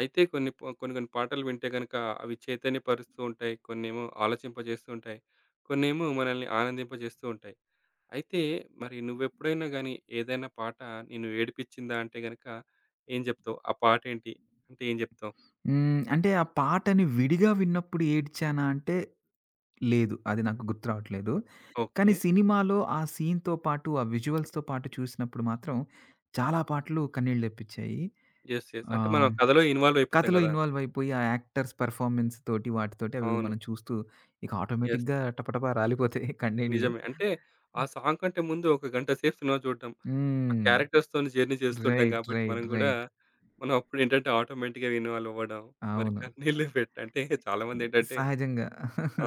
అయితే కొన్ని ప కొన్ని కొన్ని పాటలు వింటే గనుక అవి చైతన్యపరుస్తూ ఉంటాయి. కొన్నేమో ఆలోచింపజేస్తూ ఉంటాయి. కొన్నేమో మనల్ని ఆనందింపజేస్తూ ఉంటాయి. అయితే మరి నువ్వెప్పుడైనా గాని ఏదైనా పాట నిన్ను ఏడిపించిందా అంటే గనక ఏం జెప్తావు? ఆ పాటేంటి? అంటే ఏం జెప్తావు? హ్మ్. అంటే ఆ పాటని విడిగా విన్నప్పుడు ఏడ్చానా అంటే లేదు. అది నాకు గుర్తు రావట్లేదు. కానీ ఓకే. సినిమాలో ఆ సీన్‌తో పాటు, ఆ విజువల్స్‌తో పాటు చూసినప్పుడు మాత్రం చాలా పాటలు కన్నీళ్లు తెప్పించాయి. యెస్. యెస్. అంటే మనం ఆహ్, కథలో ఇన్వాల్వ్ అయిపోతాం కథలో గదా! ఇన్వాల్వ్ అయిపోయి ఆ యాక్టర్స్ పెర్ఫార్మన్స్ తోటి, వాటితోటి అవి అవును. మనం చూస్తూ ఇక యెస్. ఆటోమేటిక్‌గా టపటపా రాలిపోతాయి కన్నీళ్లు. నిజమే. అంటే ఆ సాంగ్ కంటే ముందు ఒక గంట సేపు సినిమా చూడడం. ఆ హ్మ్. క్యారెక్టర్స్‌తోని జర్నీ చేస్తుంటాం రైట్. గాబట్టి మనం రైట్. గూడా, రైట్. మనం అప్పుడేంటంటే ఆటోమేటిక్‌గా ఇన్వాల్వ్ అవ్వడం. మరి అవును. కన్నీళ్ళు పెట్ అంటే చాలామందేంటంటే సహజంగా.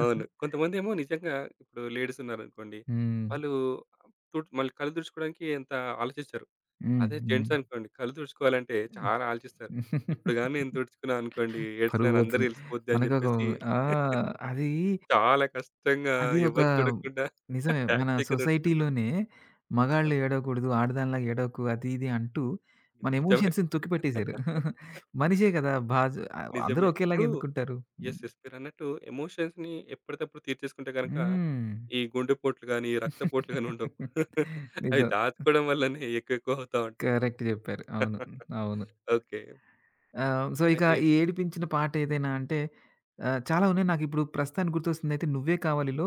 అవును. కొంతమందేమో నిజంగా ఇప్పుడు లేడీస్ ఉన్నారనుకోండి. హ్మ్. వాళ్ళు మళ్ళీ కళ్ళు తుడుచుకోవడానికి ఎంత ఆలోచిచ్చరు. అదే జెంట్స్ హ్మ్. అనుకోండి కళ్ళు తుడుచుకోవాలంటే చాలా ఆలోచిస్తారు. హ్మ్. ఇప్పుడు గాని నేను తుడుచుకున్నా అనుకోండి పరువు ఏడ్చినాను అందరికి పోతుంది. తెలిసిపోద్ది అని మనకొక జెప్పేసి ఆ! అది, చాలా కష్టంగా అది ఒక ఎవరు చూడకుండా నిజమే. మన టాక్టిక్‌గా తుడుచుకుంటారు. సొసైటీలోనే మగాళ్ళు ఓకే. ఏడవకూడదు, ఆడదానిలాగా ఏడవకు అది ఇది అంటూ మన నిజమే. ఎమోషన్స్‌ని తొక్కిపెట్టేసారు. మనిషే కదా! బాజ్ అందరూ నిజమే. ఒకేలాగా ఇప్పుడు ఎందుకుంటారు? హ్మ్. యెస్. యెస్. మీరన్నట్టు ఎమోషన్స్‌ని ఎప్పటికప్పుడు తీర్చేసుకుంటే గనక, హ్మ్. ఈ గుండెపోట్లు గాని, రక్తపోట్లు గాని ఉండవు. అవి నిజం. దాచుకోవడం వల్లనే ఎక్కువెక్కువ అవుతా ఉంటాయి. కరెక్ట్ చెప్పారు. అవును. అవును. ఓకే. సో, ఇక అయితే ఈ ఏడిపించిన పాట ఏదైనా అంటే చాలా ఉన్నాయి. నాకిప్పుడు ప్రస్తుతానికి గుర్తొస్తుందయితే 'నువ్వే కావాలి'లో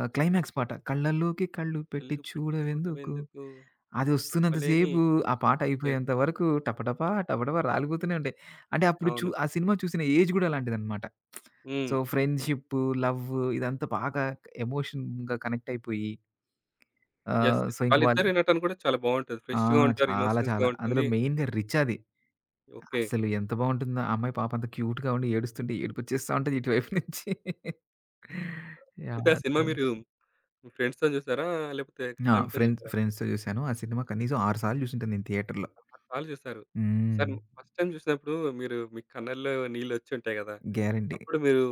క్లైమాక్స్ ఓకే. పాట. కళ్ళలోకి కళ్ళు పెట్టి కళ్ళు పెట్టి చూడవెందుకు, చూడవెందుకు అదొస్తున్నంత చెప్పలేని సేపు ఆ పాట యెస్. అయిపోయేంత వరకు టపటపా, టపటపా రాలిపోతూనే ఉంటాయి. అంటే అప్పుడు చూ అవును. ఆ సినిమా చూసిన ఏజ్ గూడా అలాంటిదనమాట. సో, హ్మ్. ఫ్రెండ్‌షిప్పు, లవ్వు ఇదంతా బాగా ఎమోషన్‌గా కనెక్ట్ అయిపోయి యెస్. యెస్. సో, ఇంక వాళ్ళు వాళ్ళిద్దరి నటన కూడా చాలా బావుంటది. ఆ! ఫ్రెష్‌గా ఉంటారు. చాలా ఇన్నోసెన్స్‌గా చాలా. అందులో ఉంటుంది. మెయిన్‌గా రిచ్ అది. ఓకే. అస్సలు ఎంత బావుంటుందో ఆ అమ్మాయి పాపం అంత క్యూట్‌గా ఉండి ఏడుస్తుంటే ఏడుపొచ్చేస్తా ఉంటది ఇటువైపు నుంచి. అయితే యాహ్! ఆ సినిమా సో మీరు మీ ఫ్రెండ్స్‌తోని చూసారా? లేకపోతే ఆ! ఫ్యామిలీతోని ఫ్రెండ్స్ చూసారా? ఫ్రెండ్స్‌తో చూసాను. ఆ సినిమా కనీసం 6 సార్లు చూసుంటాను నేను థియేటర్‌లో. సార్లు చూసారు. హ్మ్. సార్ ఫస్ట్ టైమ్ చూసినప్పుడు మీరు మీ కళ్ళల్లో నీళ్ళొచ్చి ఉంటాయి గదా! గ్యారంటీ. అప్పుడు మీరు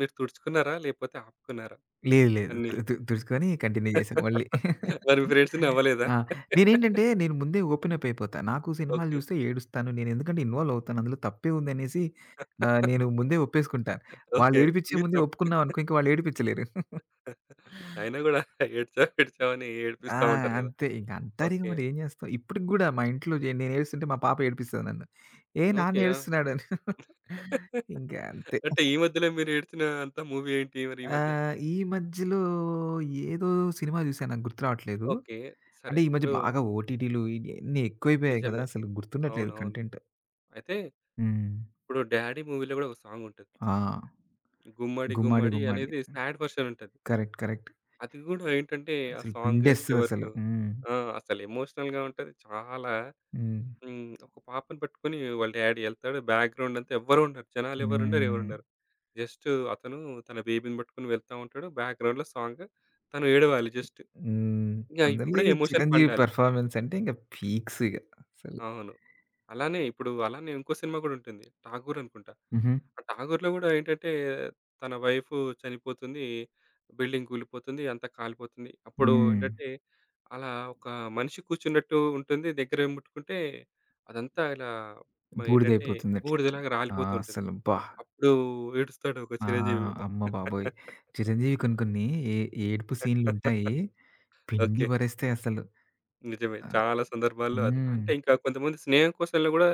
మీరు తుడుచుకున్నారా? లేకపోతే ఆపుకున్నారా లేదు లేదు. తు కన్నీళ్ళు? తు తుడుచుకొని కంటిన్యూ చేశాను మళ్ళీ. మరి మీ ఫ్రెండ్స్ నవ్వలేదా? ఆ! నేనేంటంటే నేను ముందే ఓపెన్ అప్ అయిపోతా. నాకు సినిమాలు ఓకే. చూస్తే ఏడుస్తాను. నేను ఎందుకంటే ఇన్వాల్వ్ అవుతాను. అందులో తప్పే ఉందనేసి నేను ముందే ఒప్పేసుకుంటాను. వాళ్ళు ఓకే. ఏడిపించే మీరు ముందే తప్ ఒప్పుకున్నాం అనుకో ఇంక వాళ్ళు ఏడిపించలేరు. అయినా గూడా ఏడ్చావు, ఏడ్చావు అని ఆ! ఏడిపిస్తా ఉంటారు గదా! అంతే. ఇంక అంటారిక ఓకే. మరి ఏం చేస్తాం. ఇప్పటికి గూడా మా ఇంట్లో జే నేను ఏడుస్తుంటే మా పాప ఏడిపిస్తది నన్ను. "ఏ ఓకే. నాన్న ఆ! ఏడుస్తున్నాడని." ఇంకా అంతే. అంటే ఈ మధ్యలో మీరు ఏడ్చిన అంత మూవీ ఏంటి మరి ఈ మధ్య? ఈ మధ్యలో ఏదో సినిమా చూసాను. నాకు గుర్తు రావట్లేదు. ఓకే. అంటే సరే. ఈ మధ్య ఇప్పుడు బాగా ఓటీటీలు ఇయన్నీ ఎక్కువైపోయాయి కదా! నిజమే. అసలు గుర్తుండట్లేదు అవునవును. కంటెంట్. అయితే హ్మ్. ఇప్పుడు 'డాడీ' మూవీలో గూడా ఒక సాంగుంటది. ఆ! గుమ్మడి గుమ్మడి గుమ్మడి గుమ్మడి. అనేది సాడ్ వర్షన్ ఉంటది. కరెక్ట్. కరెక్ట్. అది గూడా ఏంటంటే ఆ అసలు సాంగ్ పిండేస్తదసలు. చివరకు హ్మ్. ఆ! అసలు ఎమోషనల్‌గా ఉంటది. చాలా హ్మ్. హ్మ్. ఒక పాపని పట్టుకొని వాళ్ళ డాడీ ఎళ్తాడు. బ్యాక్‌గ్రౌండ్ అంతా ఎవ్వరు ఉండరు. జనాలు ఎవరుండరు, హ్మ్. ఎవరుండరు. జస్ట్ అతను తన బేబీని పట్టుకొని వెళ్తా ఉంటాడు. బ్యాక్‌గ్రౌండ్‌లో సాంగ్. తను ఏడవాలి జస్ట్. హ్మ్. ఇంగ అందులో ఇప్పుడే ఇక ఎమోషన్ చిరంజీవి పండాలి. పెర్ఫార్మన్స్ అంటే ఇంక పీక్స్ ఇగ అసలు. అవును. అలానే ఇప్పుడు అలానే ఇంకో సినిమా గూడా ఉంటుంది. 'ఠాగూర్' అనుకుంటా. హుహు. ఆ 'ఠాగూర్‌లో' గూడా ఏంటంటే తన వైఫ్ చనిపోతుంది. బిల్డింగ్ కూలిపోతుంది. అంతా కాలిపోతుంది. అప్పుడు హ్మ్. ఏంటంటే అలా ఒక మనిషి కూర్చున్నట్టు ఉంటుంది. దగ్గర ఏం ముట్టుకుంటే అదంతా ఇలా మరి ఏంటంటే బూడిదయిపోతుందట్లా. బూడిదలాగా ఆ! రాలిపోతూ ఉంటుంది. అసలు అబ్బా! అప్పుడు ఏడుస్తాడు ఒక ఆ! చిరంజీవి. అమ్మ బాబోయ్! చిరంజీవి కొన్ని కొన్ని ఏ ఏడుపు సీన్‌లుంటాయి. పిండి ఓకే. పరేస్తాయి అసలు. నిజమే. ఆహ్, చాలా సందర్భాల్లో అది. హ్మ్. అంటే ఇంకా కొంతమంది స్నేహం కోసంలో గూడా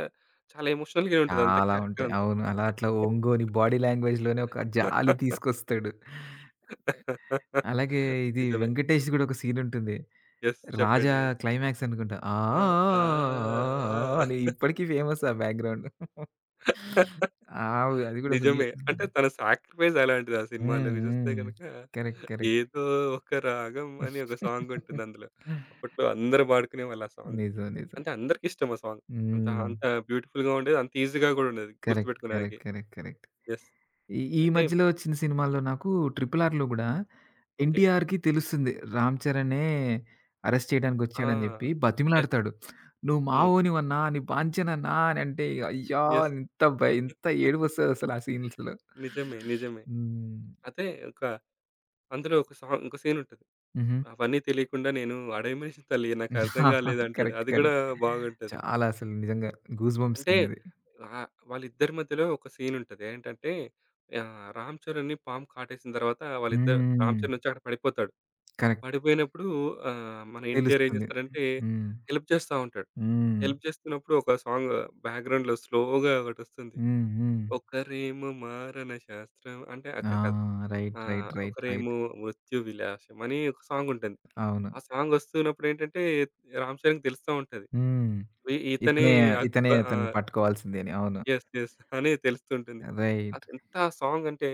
చాలా ఎమోషనల్‌గానే ఉంటది అంత చాలా క్యారెక్టర్ ఉంటాయి. అంతా. అవును. అలా అట్లా ఒంగోని బాడీ లాంగ్వేజ్‌లోనే ఒక జాలి తీసుకొస్తాడు. అలాగే ఇది నిజమే. వెంకటేష్‌ది గూడా ఒక సీనుంటుంది. యెస్. 'రాజా' చెప్పండి. క్లైమాక్స్ అనుకుంటా. ఆ! ఆ! ఆ! ఆ! ఆ! ఆ! అని ఇప్పటికి ఫేమస్ ఆ బ్యాక్‌గ్రౌండ్. ఆ! అది గూడా ఫుల్లు. నిజమే. అంటే తన సాక్రిఫైస్ అలాంటిది ఆ సినిమాలో హ్మ్. చూస్తే హ్మ్. గనుక కరెక్ట్. కరెక్ట్. ఏదో ఒక రాగం అని ఒక సాంగ్ ఉంటుంది అందులో. అప్పట్లో అందరూ పాడుకునేవాళ్ళు ఆ సాంగ్. నిజం. నిజం. అంటే అందరికీ ఇష్టం ఆ సాంగ్. అంత హ్మ్. అంత బ్యూటిఫుల్‌గా ఉండేది. అంత ఈజీగా గూడా ఉండేది కరెక్ట్. గుర్తుపెట్టుకోడానికి. కరెక్ట్. కరెక్ట్. కరెక్ట్. యెస్. ఈ ఈ అయితే మధ్యలో వచ్చిన సినిమాల్లో నాకు 'ట్రిపుల్ ఆర్'లో గూడా ఓకే. ఎన్టీఆర్‌కి తెలుస్తుంది. రామ్ చరణే అరెస్ట్ చేయడానికి ఆ! వచ్చాడని జెప్పి యెస్. బతిమిలాడతాడు. "నువ్వు మా హ్మ్. వోనివన్నా, నీ బాంచనన్నా" అని అంటే అయ్యా! యెస్. ఎంత ఏడుపొస్తదసలు ఆ సీన్స్‌లో. నిజమే. నిజమే. హ్మ్. అదే ఒక అందులో ఒక ఇంకో సీనుంటది. హుహు. అవన్నీ తెలియకుండా నేను అడవి మనిషిని తల్లి నాకర్థం కాలేదంటాడు. కరెక్ట్. అది కూడా కరెక్ట్. బాగుంటది. చాలా అసలు నిజంగా గూస్ బంప్స్ అంటే సీనది. వాళ్ళిద్దరి మధ్యలో ఒక సీనుంటది. ఏంటంటే రామ్ చరణ్‌ని పాము కాటేసిన తర్వాత వాళ్ళిద్దరు హ్మ్. రామ్ చరణ్ వచ్చి అక్కడ పడిపోతాడు. కరెక్ట్. పడిపోయినప్పుడు మన ఎన్టీఆర్ ఏం తెలుస్తుంది. చేస్తాడంటే హ్మ్. హెల్ప్ చేస్తా ఉంటాడు. హ్మ్. హెల్ప్ చేస్తున్నప్పుడు ఒక సాంగ్ బ్యాక్‌గ్రౌండ్‌లో స్లోగా ఒకటొస్తుంది. హ్మ్. హ్మ్. ఒకరేమో మారన శాస్త్రం అంటే ఆ! అక్కడ కాదు. రైట్. రైట్. రైట్. రైట్. ఒకరేమో మృత్యు విలాసం అని ఒక సాంగ్ ఉంటుంది. అవును. ఆ సాంగ్ వస్తున్నప్పుడు ఏంటంటే 'రామ్ చరణ్‌కి' తెలుస్తా ఉంటది. హ్మ్. ఇతనే ఇతనే ఇతనే ఆ! అతన్ని పట్టుకోవాల్సిందే అని. అవును. యెస్. యెస్. అని తెలుస్తుంటుంది. రైట్. అసలెంత సాంగ్ అంటే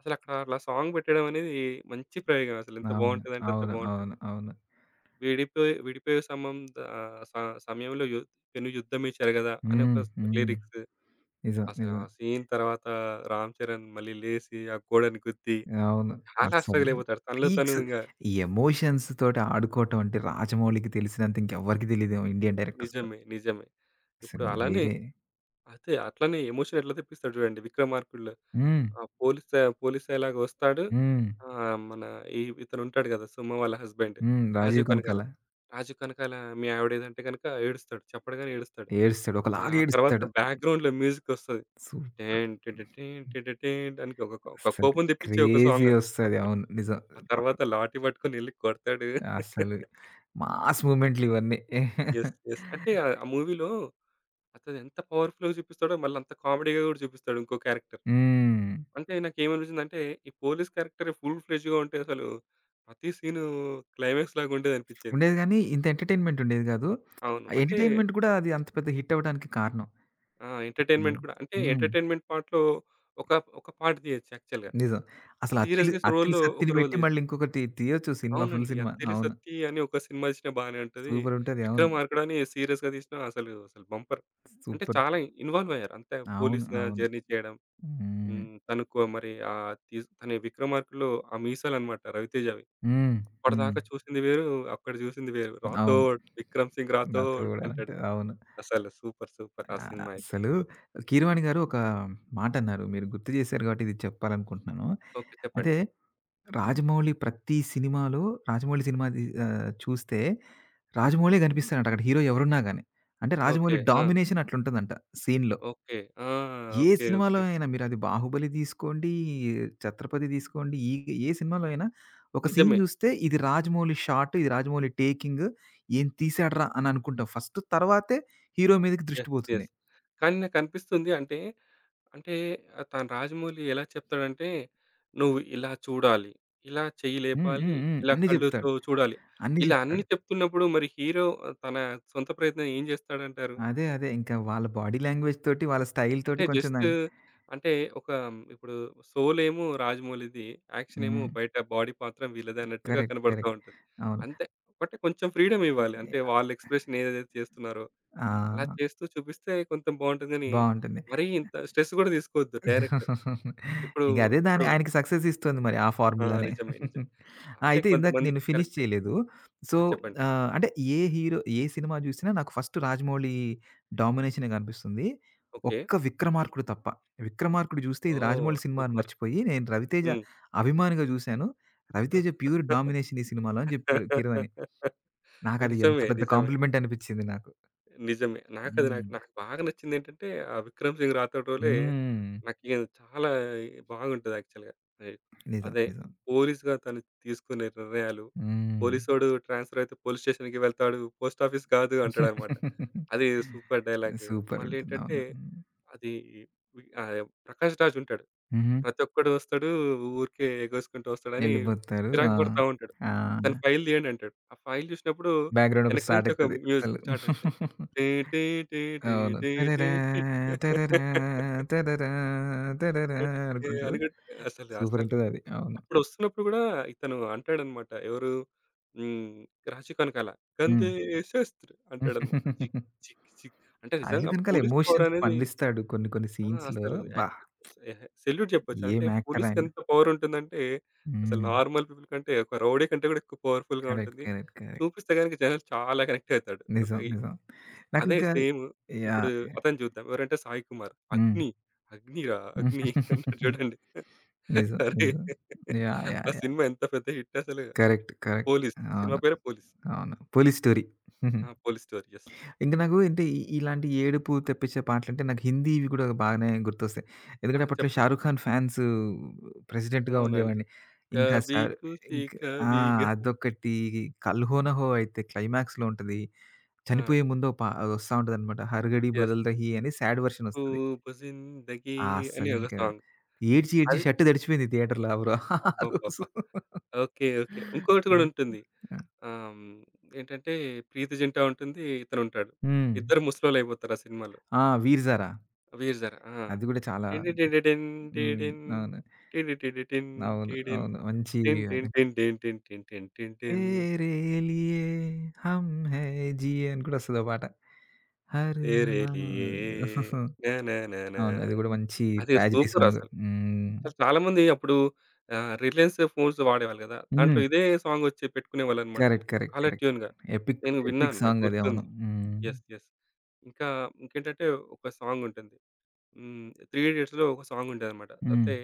అసలు అక్కడ అట్లా సాంగ్ పెట్టడం అనేది మంచి ప్రయోగం అసలు. ఎంత అవును. బావుంటదంటే అంత అవును. బావుంటది. అవును. అవును. విడిపోయి విడిపోయే సమంద ఆహ్, స సమయంలో పెను యుద్ధమే చెరగదా అని ఒక హ్మ్. హ్మ్. లిరిక్స్. నిజం. అసలు ఆ నిజం. సీన్ తర్వాత 'రామ్ చరణ్' మళ్ళీ లేసి ఆ గోడని గుద్ది అవును. చాలా అస్సలు స్ట్రగల్ అయిపోతాడు. తనలో తను పీక్స్ ఇంగ ఈ ఎమోషన్స్ తోటి ఆడుకోవటం అంటే రాజమౌళికి తెలిసినంత ఇంకెవ్వరికీ తెలీదేమో ఇండియన్ డైరెక్టర్స్‌లో. నిజమే. నిజమే. ఇప్పుడు అసలు అలానే వేరే అదే అట్లనే ఎమోషన్ ఎట్లా తెప్పిస్తాడు చూడండి 'విక్రమార్కుడులో'. హ్మ్. ఆ పోలీస్ పోలీస్ ఎలాగా వస్తాడు. హ్మ్. మన ఈ ఇతను ఉంటాడు కదా! సుమ వాళ్ళ హస్బెండ్ హ్మ్. రాజీవ్ 'రాజీవ్ కనకాల. కనకాల' రాజీవ్ కనకాల, మీ ఆవిడ ఏదంటే గనుక ఏడుస్తాడు. చెప్పడుగానే ఏడుస్తాడు. ఏడుస్తాడు. ఇంగ ఒకలాగా ఆ తర్వాత ఏడుస్తాడు. బ్యాక్‌గ్రౌండ్‌లో మ్యూజిక్ వస్తది. సూపర్. టేన్ టిటిటీన్ టిటిటీన్ అని ఒక ఒక అసలు కోపం తెప్పించే ఒక క్రేజీ సాంగ్. ఒస్తది. అవును. నిజం. ఆ తర్వాత లాఠీ పట్టుకొనెళ్లి కొడతాడు. అసలు మాస్ మూవ్‌మెంట్లు ఇవన్నీ. యెస్. యెస్. అంటే ఆ మూవీలో అతను ఎంత పవర్‌ఫుల్‌గా చూపిస్తాడో మళ్ళీ అంత కామెడీగా కూడా చూపిస్తాడు ఇంకో క్యారెక్టర్. హ్మ్. అంటే నాకేమనిపించిందంటే ఈ పోలీస్ క్యారెక్టర్ ఫుల్ ఫ్లెడ్జ్‌గా ఉంటే అసలు ప్రతి సీను క్లైమాక్స్ లాగా ఉండేదనిపించింది. ఉండేది గానీ, ఇంత ఎంటర్‌టైన్‌మెంట్ ఉండేది గాదు. అవును. ఆ అంటే ఎంటర్‌టైన్‌మెంట్ గూడా అది అంత పెద్ద హిట్ అవ్వడానికి కారణం. ఆ! అసలు ఎంటర్‌టైన్‌మెంట్ కూడా అంటే హ్మ్. ఎంటర్‌టైన్‌మెంట్ పార్ట్‌లో ఒక ఒక పార్ట్ తీయొచ్చు యాక్చువల్‌గా. నిజం. అసలు అత్తిలి, సీరియస్‌గా అత్తిలి రోల్‌లో ఒక సత్తిని రోల్ బెట్టి మళ్ళీ తీయొచ్చు. ఇంకొకటి తీయొచ్చు సినిమా. ఫుల్ అవునండి. సినిమా. 'అత్తేలి అవును. సత్తి' అని ఒక సినిమా తీసినా బానే ఉంటది. సూపరుంటది. అవును. 'విక్రమార్కుడు' అని సీరియస్‌గా తీసినా అసలు అసలు బంపర్. అంటే సూపర్. చాలా ఇన్వాల్వ్ అయ్యారు. అంతే అవును. పోలీస్‌గా అవును. జర్నీ చేయడం. హ్మ్. హ్మ్. తనకు మరి ఆహ్, తీస్ తన 'విక్రమార్కుడులో' ఆ మీసాలన్నమాట రవితేజవి. హ్మ్. హ్మ్. అప్పటిదాకా చూసింది వేరు. అక్కడ చూసింది వేరు. అవును. 'రాథోడ్ విక్రమ్ సింగ్ నాతో రాథోడ్' గూడా అంటే అంటాడు. అవును. అసలు సూపర్ సూపర్ ఆ ఆ! సినిమా అయితే. అస్సలు కీరవాణి గారు ఒక మాటన్నారు. మీరు గుర్తు చేశారు కాబట్టి ఇది చెప్పాలనుకుంటున్నాను. ఓకే. చెప్పండి. అయితే రాజమౌళి ప్రతి సినిమాలో రాజమౌళి సినిమా ది చూస్తే రాజమౌళే కనిపిస్తాడంట అక్కడ హీరో ఎవరున్నా గాని. అంటే ఓకే. రాజమౌళి ఆ! డామినేషన్ అట్లుంటదంట సీన్‌లో. ఓకే. ఆ! ఏ ఓకే. సినిమాలో ఓకే. అయినా మీరది 'బాహుబలి' తీసుకోండి, 'ఛత్రపతి' తీసుకోండి, ఈ ఏ సినిమాలో అయినా ఒక సీన్ నిజమే. చూస్తే ఇది రాజమౌళి షాట్, ఇది రాజమౌళి టేకింగ్, ఏం తీసాడురా అని అనుకుంటాం ఫస్ట్. తర్వాతే హీరో మీదకి దృష్టి యెస్. పోతుంది. యెస్. కానీ నాకనిపిస్తుంది అంటే అంటే తను రాజమౌళి ఎలా చెప్తాడంటే, "నువ్వు ఇలా చూడాలి, ఇలా చెయ్యి హ్మ్. లేపాలి, హ్మ్. హ్మ్. ఇలా అన్నీ జెప్తాడు. కళ్ళుతో చూడాలి." అన్నీ ఇలా అన్నీ జెప్తాడు. చెప్తున్నప్పుడు మరి హీరో తన సొంత ప్రయత్నం ఏం జేస్తాడంటారు? అదే. అదే. ఇంకా వాళ్ళ బాడీ లాంగ్వేజ్ తోటి, వాళ్ళ స్టైల్ తోటి అంటే కొంచెం జస్ట్ దాన్ని అంటే ఒక ఇప్పుడు 'సోల్' ఏమో రాజమౌళిది, యాక్షన్ ఏమో హ్మ్. బయట బాడీ పాత్రం వీళ్ళది అన్నట్టుగా కరెక్ట్. కనబడతా కరెక్ట్. ఉంటది. అవును. అంతే బట్ కొంచెం ఫ్రీడమ్ ఇవ్వాలి. అంటే వాళ్ళ ఎక్స్‌ప్రెషన్ ఏదైతే చేస్తున్నారో ఆ! అలా చేస్తూ చూపిస్తే కొంచెం బావుంటుంది గానీ, బావుంటుంది. మరీ ఇంత స్ట్రెస్ గూడా తీసుకోవద్దు డైరెక్టర్. ఇప్పుడు ఇంక అదే దాని ఇప్పుడు ఆయనకి సక్సెస్ ఇస్తుంది మరి ఆ ఆ! ఫార్ములానే. నిజమే. నిజమే. ఆ! అంటే అయితే ఇందాక నేను కొంతమందికి ఫినిష్ కరెక్టే. చేయలేదు. సో, ఆ! చెప్పండి. అంటే ఏ హీరో ఏ సినిమా జూసినా నాకు ఫస్ట్ 'రాజమౌళి' డామినేషనే గనిపిస్తుంది. ఓకే. ఒక్క 'విక్రమార్కుడు' తప్ప. 'విక్రమార్కుడు' జూస్తే ఇది ఓహ్! 'రాజమౌళి' సినిమా అని సూపర్. మర్చిపోయి నేను 'రవితేజ' హ్మ్. అభిమానిగా జూసాను. 'రవితేజ' ప్యూర్ డామినేషన్ ఈ సినిమాలో అని జెప్పాడు కీరవాణి. నాకది ఎంత నిజమే. పెద్ద నిజమే. కాంప్లిమెంట్ అనిపిచ్చింది నాకు. నిజమే. నాకది హ్మ్. నాకు నాకు బాగా నచ్చిందేంటంటే, ఆ 'విక్రమ్ సింగ్ రాథోడ్' రోలే హ్మ్. నాకిగ చాలా బాగుంటది యాక్చువల్‌గా. అదే. నిజం. అదే. నిజం. పోలీస్‌గా తను తీసుకునే నిర్ణయాలు, హ్మ్. పోలీసోడు ట్రాన్స్‌ఫర్ అయితే పోలీస్ స్టేషన్‌కి వెళ్తాడు. పోస్ట్ ఆఫీస్ కాదు అంటాడనమాట. అది సూపర్ డైలాగ్. సూపర్ ఉంటుంది. మళ్ళేంటంటే, అవును. హ్మ్. అది వి ఆహ్, 'ప్రకాష్ రాజ్' ఉంటాడు. హుహు. ప్రతి ఒక్కడు వస్తాడు. ఊరికే ఎగేసుకుంటూ వస్తాడని ఎళ్ళిపోతారు. ఆ! చిరాకు పడతా ఉంటాడు. ఆ! "దాని ఫైల్ తీయండి" అంటాడు. ఆ ఫైల్ చూసినప్పుడు బ్యాక్‌గ్రౌండ్ ఒకటి వెనక స్టార్ట్ నుంచి ఒక అయితది మ్యూజిక్ అసలు. స్టార్ట్ అవుతది. టీ టీ టీ టీ అవును. టీ టీ టరరా, టీ టరరా, టరరా, టరరా అనుకుంటూ అనుకుంట అసలు సూపర్ అసలు ఉంటదది. అవును. అప్పుడు వస్తున్నప్పుడు గూడా ఇతను అంటాడన్నమాట. ఎవరు హ్మ్. రాజీవ్ కనకాల హ్మ్. "గంధేసేస్త్రి" అంటాడన్నమాట. చిక్ చిక్ చిక్ అంటే అజయ్ నిజంగా కనకాల పోలీస్ పవర్ ఎమోషన్స్ అనేది పండిస్తాడు కొన్ని కొన్ని ఆ! సీన్స్‌లో. అసలు అబ్బా! యాక్చువల్ సెల్యూట్ చెప్పొచ్చు. ఏం అంటే యాక్టర్ పోలీస్‌కి ఆయన. ఎంత పవర్ ఉంటుందంటే, అసలు హ్మ్. నార్మల్ పీపుల్ కంటే ఒక రౌడీ కంటే కూడా ఎక్కువ పవర్‌ఫుల్‌గా కరెక్ట్. ఉంటుంది. కరెక్ట్. కరెక్ట్. చూపిస్తే గనుక జనాలు చాలా కనెక్ట్ అవుతాడు. ఒక నిజం. ఈ నిజం. అదే నాకింకా సేమ్ ఇప్పుడు యాహ్! అతన్ని చూద్దాం. ఎవరంటే సాయి కుమార్. హ్మ్. 'అగ్ని' 'అగ్నిరా అగ్ని' అంటాడు చూడండి. నిజం. అరే! నిజం. యాహ్! యాహ్! ఆ యాహ్! సినిమా ఎంత పెద్ద హిట్ అసలు. కరెక్ట్. కరెక్ట్. పోలీస్ సినిమా అవును. పేరే పోలీస్. అవును. 'Police story.' హుహు. ఆ! Police story. యెస్. ఇంక నాకు అంటే ఇలాంటి ఏడుపు తెప్పించే పాటలంటే నాకు హిందీవి గూడా బాగానే గుర్తొస్తాయి. ఆ! ఎందుకంటే అప్పట్లో చెప్పండి. 'షారుఖ్ ఖాన్' ఫ్యాన్స్ ప్రెసిడెంట్‌గా అవునండి. ఉండేవాడిని. ఇంకా 'కభీ సార్ ఖుషీ ఇంక ఆ! కభీ గమ్' అదొకటి 'కల్ హో నా హో' అయితే క్లైమాక్స్‌లో ఉంటది. ఆ! చనిపోయే ముందు పా ఒస్తా ఉంటదనమాట. 'Her ఘడి yes. బదల్ రహీ' అని సాడ్ వెర్షన్ ఒస్తది. 'ఖూబ్ ఆ! జిందగీ' అని ఒక అస్సలింక సాంగ్. ఏడ్చి ఏడ్చి అది షర్ట్ తడిచిపోయింది థియేటర్‌లో ఆ రో ఆ రోజు. అబ్బబ్బబ్బా! ఓకే. ఓకే. ఇంకొకటి గూడా ఉంటుంది. ఆ! ఆహ్, హ్మ్, ఏంటంటే ప్రీతి జింటా ఉంటుంది. ఇతనుంటాడు. హ్మ్. ఇద్దరు ముసలోళ్ళయిపోతారు ఆ సినిమాలో. ఆ! 'వీర్ జారా' 'వీర్ జారా' ఆ! అది గూడా చాలా టిడిడిడిడిన్ హ్మ్. డిడిన్ అవును. టిడిడిడిడిన్ అవును. డిడిన్ అవును. మంచి టిన్ అది. టిన్ టిన్ టిన్ టిన్ టిన్ టిన్ టిన్ టిన్ 'तेरे लिए हम है जिये' అని కూడా వస్తది ఆ పాట. హరే తేరే లియే నా నా నా నా అవును. అది గూడా మంచి అది ట్రాజెడీ సాంగ్. సూపరసలు. హ్మ్. చాలా మంది అప్పుడు 'రిలయన్స్' ఫోన్స్ వాడేవాళ్ళు గదా! దాంట్లో హ్మ్. ఇదే సాంగ్ వచ్చి పెట్టుకునేవాళ్ళన్నమాట. కరెక్ట్. కరెక్ట్. Caller correct. ట్యూన్‌గా. ఎపిక్, నేను ఎపిక్ విన్నాను. నాకు సాంగ్ అది. అవును. గుర్తుంది. హ్మ్. యెస్. యెస్. ఇంకా ఇంకేంటంటే ఒక సాంగ్ ఉంటుంది. హ్మ్. 'త్రీ ఇడియట్స్‌లో' ఒక సాంగ్ ఉంటదన్నమాట. హ్మ్. అయితే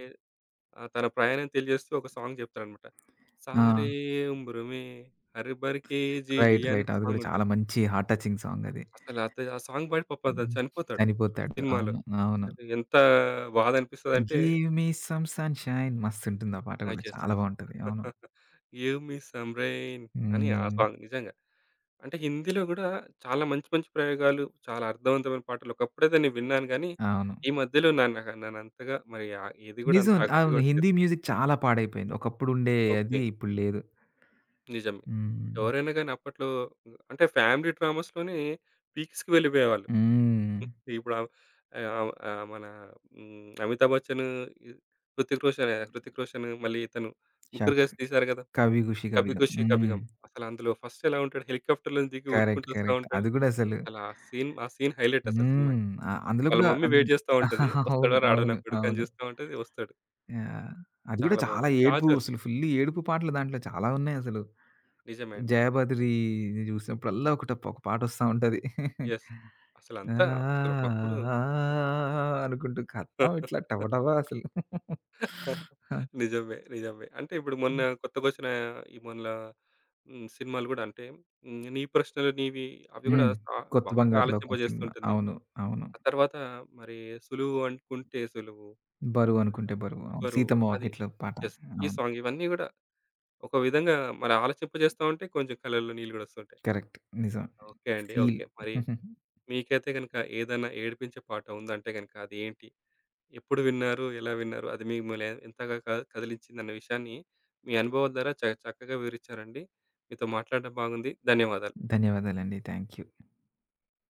తన ప్రయాణం తెలియజేస్తూ ఒక సాంగ్ చెప్తాడన్నమాట. ఆ! 'సారే ఉమ్ర్ మే హర్ భర్‌కే జీ రైట్. లియా' అని రైట్. ఒక అది గూడా సాంగ్ చాలా ఉంటుంది. మంచి హార్ట్ టచింగ్ సాంగ్ అది. అసలు ఆ సాంగ్ పాడి పాపం అతను హ్మ్. చనిపోతాడు చనిపోతాడు. సినిమాలో. అవును. అవును. అసలు ఎంత బాధ అనిపిస్తదంటే 'గివ్ మీ సమ్ సన్‌షైన్' మస్తుంటుంది ఆ పాట ఆ! గూడా. యెస్. చాలా యెస్. బావుంటది. అవును. 'గివ్ మీ సమ్ రెయిన్' అని ఆ హ్మ్. సాంగ్ నిజంగా. అంటే హిందీలో గూడా చాలా మంచి మంచి ప్రయోగాలు, చాలా అర్థవంతమైన పాటలు ఒకప్పుడైతే నేను విన్నాను గానీ, అవును. ఈ మధ్యలో నాకు నన్నంతగా మరి ఏది గూడా అంత నిజం. అవును. ఆకట్టుకోవట్లేదు. హిందీ మ్యూజిక్ చాలా పాడైపోయింది. ఒకప్పుడుండే అది ఓకే. ఇప్పుడు లేదు. నిజమే. హ్మ్. ఎవరైనా గానీ అప్పట్లో అంటే ఫ్యామిలీ డ్రామాస్‌లోనే పీక్స్‌కి వెళ్ళిపోయేవాళ్ళు. హ్మ్. ఇప్పుడు మన హ్మ్. 'అమితాబ్ బచ్చన్' ఈ 'హృతిక్ రోషన్' 'హృతిక్ రోషన్' మళ్ళీ ఇతను ముగ్గురు షక్ కలిసి తీశారు కదా! 'కభీ ఖుషి కభీ 'కభీ గమ్' ఖుషీ కభీ హ్మ్. గమ్' అసలు అందులో ఫస్ట్ ఎలా ఉంటాడు హెలికాప్టర్‌లో దిగి కరెక్ట్. ఉరుక్కుంటూ వస్తా కరెక్ట్. ఉంటాడు. అది గూడా అసలు అసలు ఆ సీన్ హైలైట్ అసలు హ్మ్. సినిమాకి. అందులో వాళ్ళ గూడా మమ్మీ అన్ వెయిట్ చేస్తా ఉంటది. అవును. వస్తాడో రాడో నా అవును. కొడుకు అని అవును. చూస్తా ఉంటది. వస్తాడు. యాహ్! అది గూడా చాలా చాలా బావుంటది. ఏడుపు 'కాజల్' అసలు ఫుల్లు ఏడుపు పాటలు దాంట్లో చాలా ఉన్నాయసలు. నిజమే అండి. 'జయభద్రి' జూసినప్పుడల్లా ఒకట ఒక పాటొస్తా ఉంటది. యెస్. అసలంతా అసలు ఆ! ఒకప్పుడు ఆ! ఆ! అనుకుంటూ కథం ఇట్లా టబ టబ అసలు. ఆ! నిజమే. నిజమే. అంటే ఇప్పుడు మొన్న కొత్తగొచ్చిన ఈ మొన్న హ్మ్. సినిమాలు గూడా అంటే హ్మ్. 'నీ ప్రశ్నలు నీవి' అవి గూడా హ్మ్. సా 'కొత్త బాగా బంగారు లోకం' సినిమా. ఆలోచింపజేస్తుంటుంది. అవును. అవును. ఆ తర్వాత మరి 'సులువు అనుకుంటే సులువు 'బరువు' ఆ! అనుకుంటే 'బరువు.' అవును. బరువు' 'సీతమ్మ అది. వాకిట్లో' పాట. యెస్. ఈ అవును. సాంగ్ ఇవన్నీ గూడా ఒక విధంగా మరి ఆలోచింపజేస్తా ఉంటే కొంచెం కళ్ళల్లో నీళ్ళు గూడా వస్తుంటాయి. కరెక్ట్. నిజం. ఓకే అండి. ఫీల్. ఓకే. మరి మీకైతే గనుక ఏదైనా ఏడిపించే పాట ఉందంటే గనుక అదేంటి? ఎప్పుడు విన్నారు? ఎలా విన్నారు? అది మిమ్మల్ని ఎంతగా కదిలించిందన్న విషయాన్ని మీ అనుభవం ద్వారా చక్కగా వివరించారండి. మీతో మాట్లాడడం బాగుంది. ధన్యవాదాలు. ధన్యవాదాలండి. Thank you.